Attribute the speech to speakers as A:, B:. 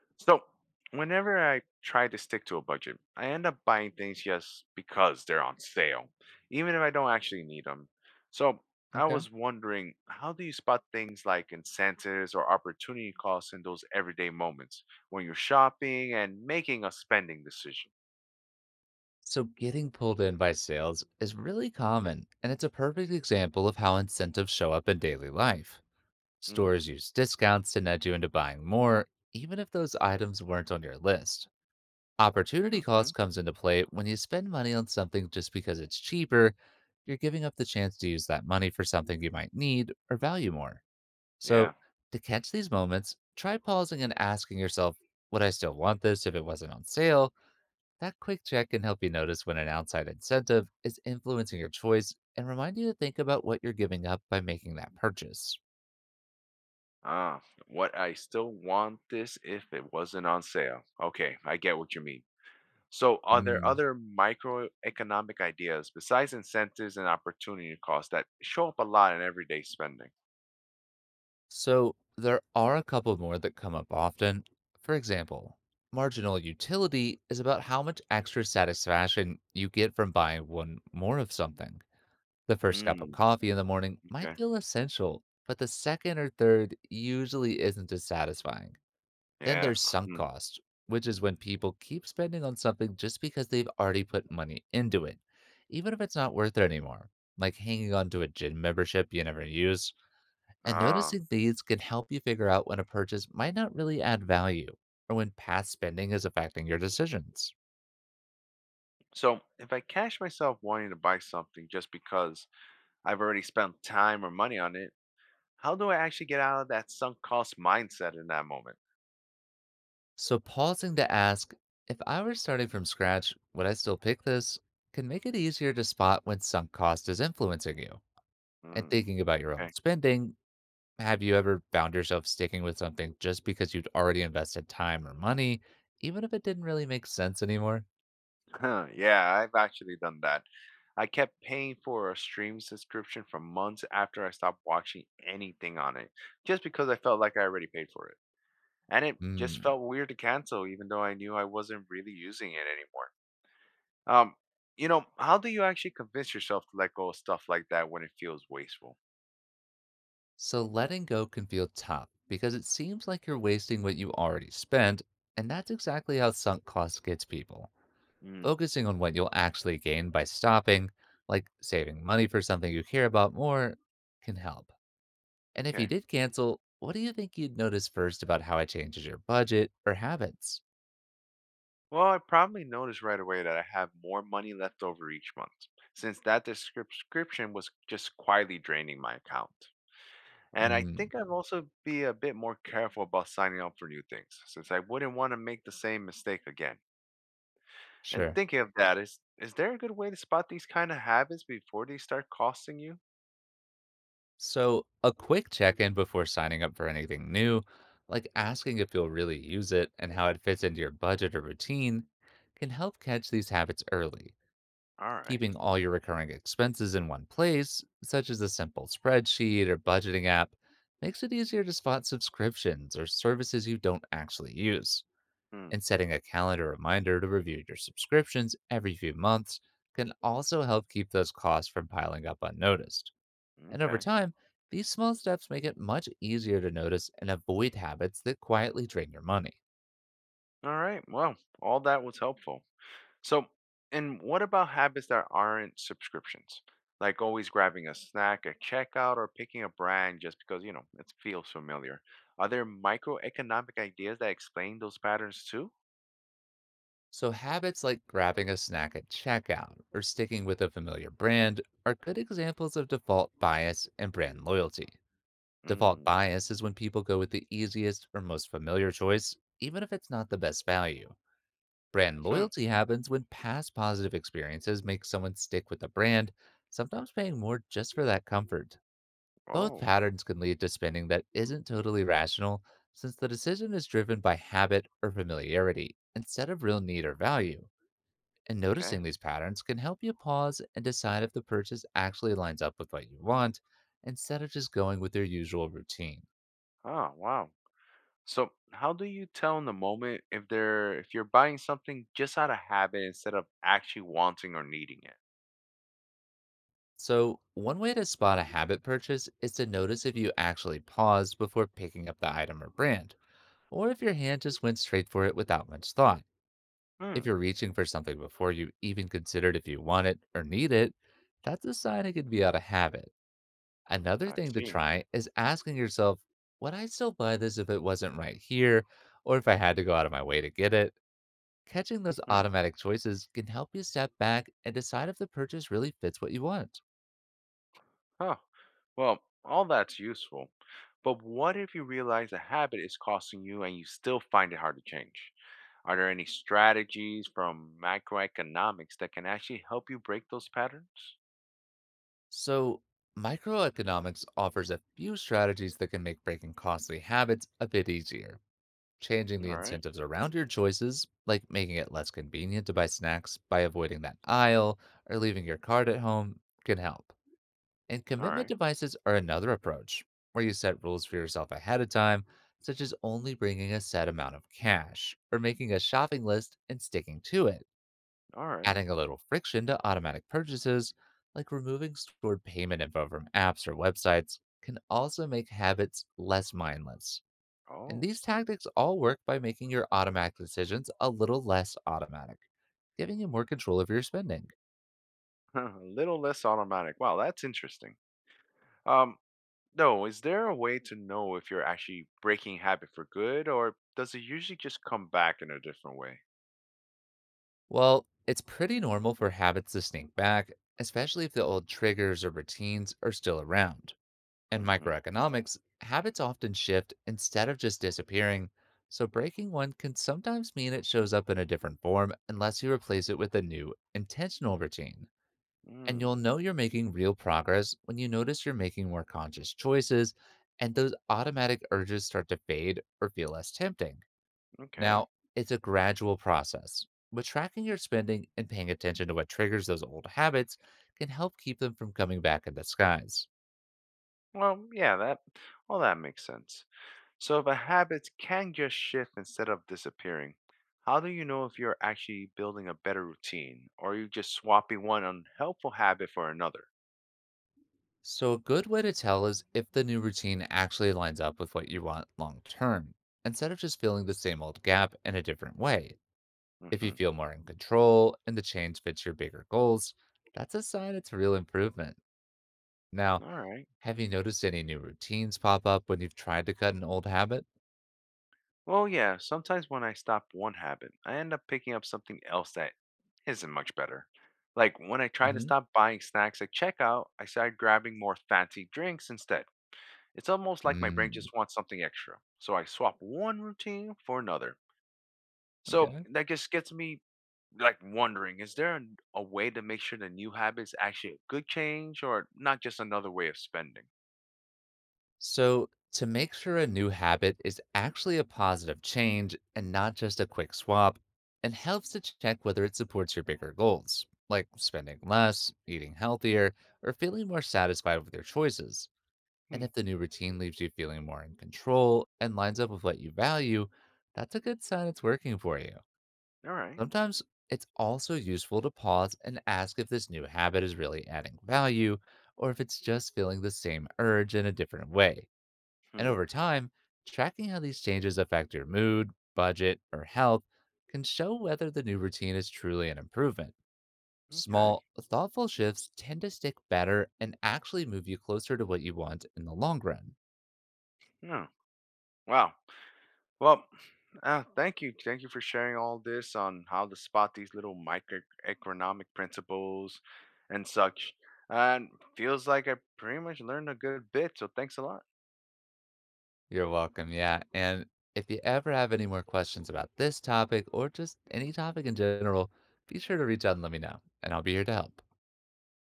A: So, whenever I try to stick to a budget, I end up buying things just because they're on sale, even if I don't actually need them. So, I
B: Okay.
A: was wondering, how do you spot things like incentives or opportunity costs in those everyday moments when you're shopping and making a spending decision?
B: So getting pulled in by sales is really common, and it's a perfect example of how incentives show up in daily life.
A: Mm.
B: Stores use discounts to nudge you into buying more, even if those items weren't on your list. Opportunity
A: Hmm.
B: cost comes into play when you spend money on something just because it's cheaper, you're giving up the chance to use that money for something you might need or value more.
A: Yeah.
B: So, to catch these moments, try pausing and asking yourself, would I still want this if it wasn't on sale? That quick check can help you notice when an outside incentive is influencing your choice and remind you to think about what you're giving up by making that purchase.
A: Ah, what I still want this if it wasn't on sale. Okay, I get what you mean. So, are there
B: Mm.
A: other microeconomic ideas besides incentives and opportunity costs that show up a lot in everyday spending?
B: So, there are a couple more that come up often. For example, marginal utility is about how much extra satisfaction you get from buying one more of something. The first cup of
A: Mm,
B: coffee in the morning might
A: okay.
B: feel essential, but the second or third usually isn't as satisfying. Then
A: Yeah.
B: there's sunk
A: Mm.
B: cost, which is when people keep spending on something just because they've already put money into it, even if it's not worth it anymore, like hanging on to a gym membership you never use. And
A: Ah.
B: noticing these can help you figure out when a purchase might not really add value or when past spending is affecting your decisions.
A: So, if I catch myself wanting to buy something just because I've already spent time or money on it, how do I actually get out of that sunk cost mindset in that moment?
B: So, pausing to ask if I were starting from scratch, would I still pick this? Can make it easier to spot when sunk cost is influencing you. And
A: Mm,
B: thinking about your own
A: okay.
B: spending. Have you ever found yourself sticking with something just because you'd already invested time or money, even if it didn't really make sense anymore?
A: Huh, yeah, I've actually done that. I kept paying for a stream subscription for months after I stopped watching anything on it, just because I felt like I already paid for it. And it just
B: Hmm.
A: felt weird to cancel, even though I knew I wasn't really using it anymore. Um, how do you actually convince yourself to let go of stuff like that when it feels wasteful?
B: So letting go can feel tough because it seems like you're wasting what you already spent, and that's exactly how sunk cost gets people.
A: Mm,
B: Focusing on what you'll actually gain by stopping, like saving money for something you care about more, can help. And if you
A: okay.
B: did cancel, what do you think you'd notice first about how it changes your budget or habits?
A: Well, I probably noticed right away that I have more money left over each month, since that subscription was just quietly draining my account. And I
B: Hmm,
A: think I'd also be a bit more careful about signing up for new things, since I wouldn't want to make the same mistake again. And
B: sure.
A: thinking of that, is there a good way to spot these kind of habits before they start costing you?
B: So, a quick check in before signing up for anything new, like asking if you'll really use it and how it fits into your budget or routine, can help catch these habits early.
A: All right.
B: Keeping all your recurring expenses in one place, such as a simple spreadsheet or budgeting app, makes it easier to spot subscriptions or services you don't actually use.
A: Hmm.
B: And setting a calendar reminder to review your subscriptions every few months can also help keep those costs from piling up unnoticed. And over
A: Okay.
B: time, these small steps make it much easier to notice and avoid habits that quietly drain your money.
A: All right. Well, all that was helpful. So, and what about habits that aren't subscriptions? Like always grabbing a snack at checkout or picking a brand just because, it feels familiar. Are there microeconomic ideas that explain those patterns too?
B: So, habits like grabbing a snack at checkout or sticking with a familiar brand are good examples of default bias and brand loyalty. Default
A: Hmm.
B: bias is when people go with the easiest or most familiar choice, even if it's not the best value. Brand
A: Hmm.
B: loyalty happens when past positive experiences make someone stick with a brand, sometimes paying more just for that comfort. Both
A: Oh,
B: patterns can lead to spending that isn't totally rational, since the decision is driven by habit or familiarity instead of real need or value. And
A: okay.
B: noticing these patterns can help you pause and decide if the purchase actually lines up with what you want instead of just going with your usual routine.
A: Ah, wow. So, how do you tell in the moment if you're buying something just out of habit instead of actually wanting or needing it?
B: So, one way to spot a habit purchase is to notice if you actually paused before picking up the item or brand, or if your hand just went straight for it without much thought.
A: Hmm,
B: If you're reaching for something before you even considered if you want it or need it, that's a sign it could be out of habit. Another
A: I
B: thing to
A: see.
B: try is asking yourself, would I still buy this if it wasn't right here or if I had to go out of my way to get it? Catching those
A: Hmm.
B: automatic choices can help you step back and decide if the purchase really fits what you want.
A: Huh. Well, all that's useful. But what if you realize a habit is costing you and you still find it hard to change? Are there any strategies from macroeconomics that can actually help you break those patterns?
B: So, microeconomics offers a few strategies that can make breaking costly habits a bit easier. Changing the
A: All right.
B: incentives around your choices, like making it less convenient to buy snacks by avoiding that aisle or leaving your card at home, can help. And
A: All
B: commitment
A: right.
B: devices are another approach, where you set rules for yourself ahead of time, such as only bringing a set amount of cash or making a shopping list and sticking to it.
A: All right.
B: Adding a little friction to automatic purchases, like removing stored payment info from apps or websites, can also make habits less mindless. And
A: Oh,
B: these tactics all work by making your automatic decisions a little less automatic, giving you more control of your spending.
A: a little less automatic. Wow, that's interesting. Um, no, is there a way to know if you're actually breaking habit for good, or does it usually just come back in a different way?
B: Well, it's pretty normal for habits to sneak back, especially if the old triggers or routines are still around. In
A: Mm-hmm.
B: microeconomics, habits often shift instead of just disappearing, so breaking one can sometimes mean it shows up in a different form unless you replace it with a new, intentional routine. And you'll
A: Mm,
B: know you're making real progress when you notice you're making more conscious choices and those automatic urges start to fade or feel less tempting.
A: okay.
B: Now, it's a gradual process, but tracking your spending and paying attention to what triggers those old habits can help keep them from coming back in disguise.
A: Well, yeah, that all that makes sense. So if a habit can just shift instead of disappearing, how do you know if you're actually building a better routine, or are you just swapping one unhelpful habit for another?
B: So, a good way to tell is if the new routine actually lines up with what you want long term, instead of just filling the same old gap in a different way. If
A: Mm-hmm.
B: you feel more in control and the change fits your bigger goals, that's a sign it's real improvement. Now,
A: All right.
B: have you noticed any new routines pop up when you've tried to cut an old habit?
A: Well, yeah, sometimes when I stop one habit, I end up picking up something else that isn't much better. Like when I try to
B: Hmm.
A: stop buying snacks at checkout, I start grabbing more fancy drinks instead. It's almost like my brain
B: Mm,
A: just wants something extra. So I swap one routine for another. So
B: okay.
A: that just gets me like wondering is there a way to make sure the new habit is actually a good change or not just another way of spending?
B: So, to make sure a new habit is actually a positive change and not just a quick swap, it helps to check whether it supports your bigger goals, like spending less, eating healthier, or feeling more satisfied with your choices. And
A: Hmm.
B: if the new routine leaves you feeling more in control and lines up with what you value, that's a good sign it's working for you.
A: All right.
B: Sometimes it's also useful to pause and ask if this new habit is really adding value or if it's just feeling the same urge in a different way. And
A: Hmm.
B: over time, tracking how these changes affect your mood, budget, or health can show whether the new routine is truly an improvement.
A: Okay.
B: Small, thoughtful shifts tend to stick better and actually move you closer to what you want in the long run.
A: No. Wow. Well, thank you. Thank you for sharing all this on how to spot these little microeconomic principles and such. And feels like I pretty much learned a good bit. So thanks a lot.
B: You're welcome. Yeah. And if you ever have any more questions about this topic or just any topic in general, be sure to reach out and let me know, and I'll be here to help.